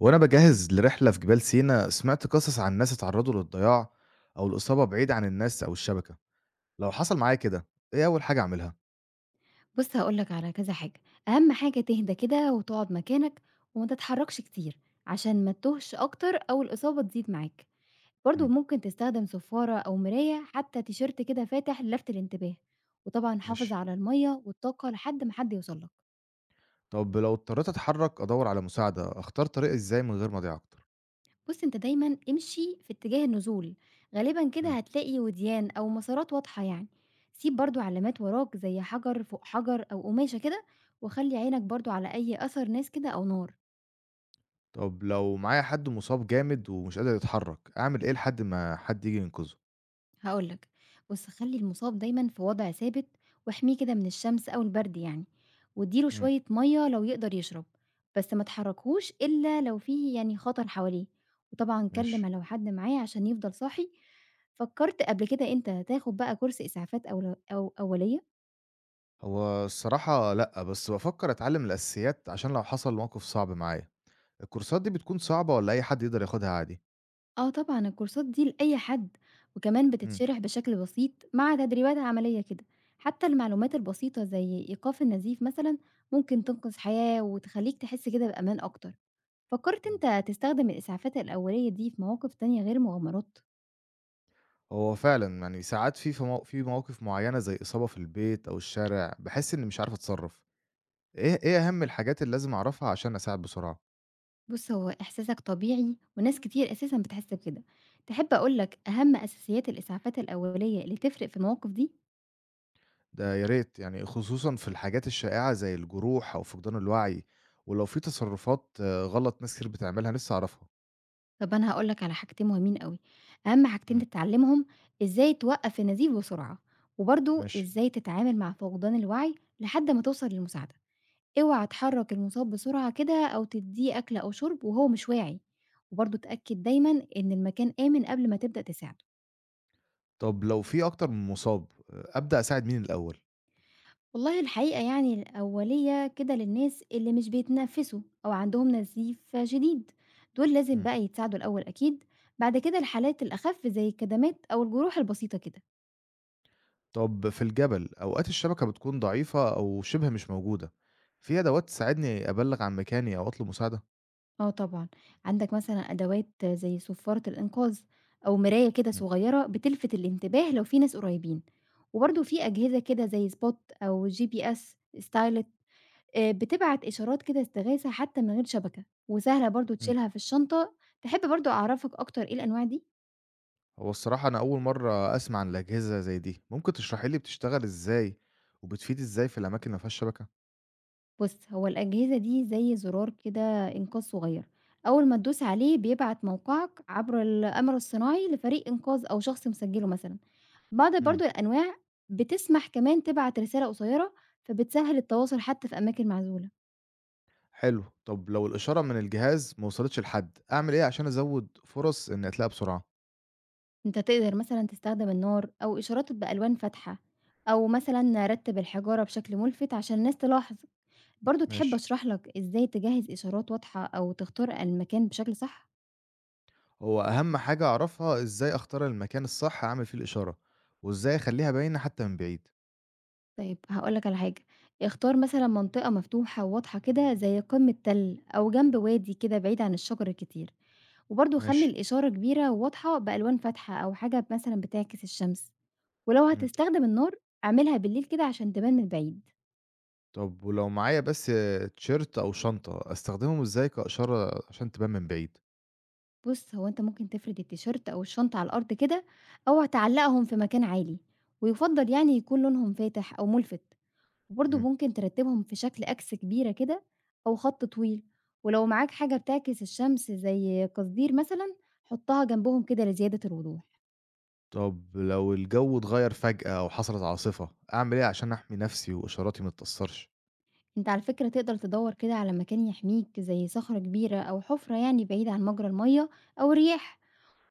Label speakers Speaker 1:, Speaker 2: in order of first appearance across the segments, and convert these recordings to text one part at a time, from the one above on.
Speaker 1: وأنا بجهز لرحلة في جبال سينا سمعت قصص عن ناس اتعرضوا للضياع أو الإصابة بعيد عن الناس أو الشبكة لو حصل معايا كده إيه أول حاجة أعملها؟
Speaker 2: بُص هاقول لك على كذا حاجة، أهم حاجة تهدى كده وتقعد مكانك وما تتحركش كتير، عشان ما تتوهش أكتر أو الإصابة تزيد معاك، برضه
Speaker 1: مم.
Speaker 2: ممكن تستخدم صفارة أو مراية حتى تيشيرت كده فاتح للفت الانتباه، وطبعًا حافظ
Speaker 1: ماشي.
Speaker 2: على المَيّة والطاقة لحد ما حد يوصل لك،
Speaker 1: طب لو اضطريت أتحرك أدور على مساعدة أختار طريقي إزاي من غير ما أضيع أكتر؟
Speaker 2: بُص أنت دايمًا امشي في اتجاه النزول، غالبًا كده
Speaker 1: مم.
Speaker 2: هتلاقي وديان أو مسارات واضحة يعني، سيب برضه علامات وراك زي حجر فوق حجر أو قماشة كده، وخلّي عينك برضه على أي أثر ناس كده أو نار.
Speaker 1: طب لو معايا حد مصاب جامد ومش قادر يتحرك أعمل إيه لحد ما حد يجي ينقذه؟
Speaker 2: هاقول لك، بُص خلّي المصاب دايمًا في وضع ثابت واحميه كده من الشمس أو البرد يعني، وادّي له
Speaker 1: مم.
Speaker 2: شوية مَيّة لو يقدر يشرب، بس ما تحركوش إلا لو في يعني خطر حواليه، وطبعًا كلم
Speaker 1: ماشي.
Speaker 2: لو حد معاه عشان يفضل صاحي. فكرت قبل كده أنت تاخد بقى كورس إسعافات أول أو أولية؟
Speaker 1: هو الصراحة لأ بس بفكر أتعلم الأساسيات عشان لو حصل موقف صعب معايا. الكورسات دي بتكون صعبة ولا أي حد يقدر ياخدها عادي؟
Speaker 2: آه طبعًا الكورسات دي لأي حد، وكمان
Speaker 1: مم.
Speaker 2: بتتشرح بشكل بسيط مع تدريبات عملية كده، حتى المعلومات البسيطة زي إيقاف النزيف مثلًا ممكن تنقذ حياة وتخلّيك تحس كده بأمان أكتر. فكرت
Speaker 1: مم.
Speaker 2: أنت تستخدم الإسعافات الأولية دي في مواقف تانية غير مغامرات؟
Speaker 1: هو فعلًا يعني ساعات في مواقف معيّنة زي إصابة في البيت أو الشارع، باحس إني مش عارف أتصرّف. إيه أهم الحاجات اللي لازم أعرفها عشان أساعد بسرعة؟
Speaker 2: بُص، هو إحساسك طبيعي وناس كتير أساسًا بتحس بكده. تحب أقول لك أهم أساسيات الإسعافات الأولية اللي تفرق في المواقف دي؟
Speaker 1: ده يا ريت يعني خصوصًا في الحاجات الشائعة زي الجروح أو فقدان الوعي، ولو في تصرّفات غلط ناس كتير بتعملها نفسي أعرفها.
Speaker 2: طب أنا هاقول لك على حاجتين مهمين أوي، أهم حاجتين
Speaker 1: إمم.
Speaker 2: تتعلمهم إزاي توقّف النزيف بسرعة، وبرضه
Speaker 1: ماشي.
Speaker 2: إزاي تتعامل مع فقدان الوعي لحد ما توصل للمساعدة. اوعى تحرّك المصاب بسرعة كده أو تدّيه أكل أو شرب وهو مش واعي، وبرضه اتأكد دايمًا إن المكان آمن قبل ما تبدأ تساعده.
Speaker 1: طب لو في أكتر من مصاب، أبدأ أساعد مين الأول؟
Speaker 2: والله الحقيقة يعني الأولية كده للناس اللي مش بيتنفسوا أو عندهم نزيف شديد دول لازم
Speaker 1: إمم.
Speaker 2: بقى يتساعدوا الأول أكيد. بعد كده الحالات الأخف زي الكدمات أو الجروح البسيطة كده.
Speaker 1: طب في الجبل أوقات الشبكة بتكون ضعيفة أو شبه مش موجودة، في أدوات تساعدني أبلّغ عن مكاني أو أطلب مساعدة؟
Speaker 2: اه طبعا عندك مثلا أدوات زي صفارة الإنقاذ أو مراية كده
Speaker 1: إمم.
Speaker 2: صغيرة بتلفت الانتباه لو في ناس قريبين، وبرده في أجهزة كده زي سبوت أو GPS ستايلت، آه، بتبعت إشارات كده استغاثة حتى من غير شبكة وسهلة برضو
Speaker 1: إمم.
Speaker 2: تشيلها في الشنطة. تحب برضو أعرفك أكتر إيه الأنواع دي؟
Speaker 1: هو الصراحة أنا أول مرة أسمع عن الأجهزة زي دي، ممكن تشرحي لي بتشتغل إزاي، وبتفيد إزاي في الأماكن اللي ما فيهاش شبكة؟
Speaker 2: بُص، هو الأجهزة دي زي زرار كده إنقاذ صغير، أول ما تدوس عليه بيبعت موقعك عبر القمر الصناعي لفريق إنقاذ أو شخص مسجّله مثلًا، بعض
Speaker 1: إمم.
Speaker 2: برضه الأنواع بتسمح كمان تبعت رسالة قصيرة، فبتسهّل التواصل حتى في أماكن معزولة.
Speaker 1: حلو. طب لو الإشارة من الجهاز ما وصلتش لحد، أعمل إيه عشان أزود فرص إني أتلاقى بسرعة؟
Speaker 2: أنت تقدر مثلًا تستخدم النار أو إشارات بألوان فاتحة، أو مثلًا رتّب الحجارة بشكل ملفت عشان الناس تلاحظ، برضه تحب
Speaker 1: ماشي.
Speaker 2: أشرح لك إزاي تجهّز إشارات واضحة أو تختار المكان بشكل صح؟
Speaker 1: هو أهم حاجة أعرفها إزاي أختار المكان الصح أعمل فيه الإشارة، وإزاي أخليها باينة حتى من بعيد؟
Speaker 2: طيب هاقول لك على حاجة، اختار مثلًا منطقة مفتوحة وواضحة كده زي قمة تَل أو جنب وادي كده بعيد عن الشجر الكتير، وبرضه خلّي
Speaker 1: ماشي.
Speaker 2: الإشارة كبيرة وواضحة بألوان فاتحة أو حاجة مثلًا بتعكس الشمس، ولو
Speaker 1: إمم.
Speaker 2: هتستخدم النار اعملها بالليل كده عشان تبان من بعيد.
Speaker 1: طب ولو معايا بس تيشيرت أو شنطة، أستخدمهم إزاي كإشارة عشان تبان من بعيد؟
Speaker 2: بُص هو أنت ممكن تفرد التيشيرت أو الشنطة على الأرض كده أو تعلقهم في مكان عالي، ويُفضّل يعني يكون لونهم فاتح أو مُلفت. وبرضه
Speaker 1: إمم.
Speaker 2: ممكن ترتبهم في شكل أكس كبيرة كده أو خط طويل، ولو معاك حاجة بتعكس الشمس زي قصدير مثلا حطها جنبهم كده لزيادة الوضوح.
Speaker 1: طب لو الجو اتغيّر فجأة أو حصلت عاصفة، أعمل إيه عشان أحمي نفسي وإشاراتي ما تتأثّرش؟
Speaker 2: انت على فكرة تقدر تدور كده على مكان يحميك زي صخرة كبيرة أو حفرة يعني بعيد عن مجرى المية أو الرياح،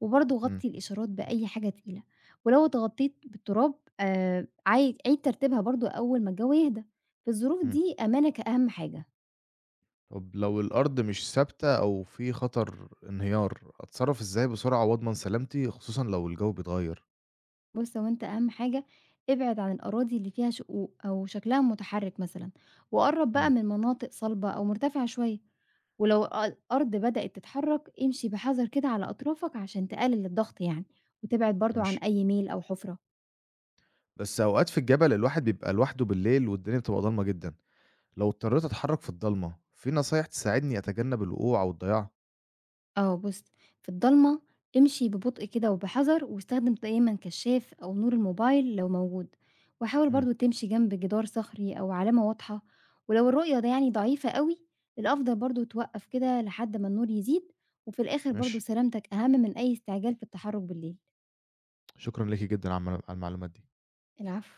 Speaker 2: وبرضه
Speaker 1: إمم.
Speaker 2: غطي الإشارات بأي حاجة تقيلة، ولو اتغطيت بالتراب آه عيد ترتيبها برضه أول ما الجو يهدى. في الظروف
Speaker 1: إمم.
Speaker 2: دي أمانك أهم حاجة.
Speaker 1: طب لو الأرض مش ثابتة أو في خطر انهيار، أتصرّف إزاي بسرعة وأضمن سلامتي خصوصًا لو الجو بيتغيّر؟
Speaker 2: بُص، هو أنت أهم حاجة ابعد عن الأراضي اللي فيها شقوق أو شكلها متحرك مثلًا، وقرّب بقى
Speaker 1: إمم.
Speaker 2: من مناطق صلبة أو مرتفعة شوية، ولو الأرض بدأت تتحرك امشي بحذر كده على أطرافك عشان تقلل الضغط يعني، وتبعد برضه عن
Speaker 1: ماشي.
Speaker 2: أي ميل أو حفرة.
Speaker 1: بس أوقات في الجبل الواحد بيبقى لوحده بالليل والدنيا بتبقى ضلمة جدًا، لو اضطريت أتحرّك في الضلمة، في نصايح تساعدني أتجنّب الوقوع أو الضياع؟
Speaker 2: آه بُص، في الضلمة امشي ببطء كده وبحذر واستخدم دايمًا كشاف أو نور الموبايل لو موجود، وحاول
Speaker 1: إمم.
Speaker 2: برضه تمشي جنب جدار صخري أو علامة واضحة، ولو الرؤية ده يعني ضعيفة أوي الأفضل برضه توقّف كده لحد ما النور يزيد، وفي الآخر برضه
Speaker 1: ماشي.
Speaker 2: سلامتك أهم من أي استعجال في التحرُّك بالليل.
Speaker 1: شكرًا ليكِ جدًا على المعلومات دي.
Speaker 2: العفو.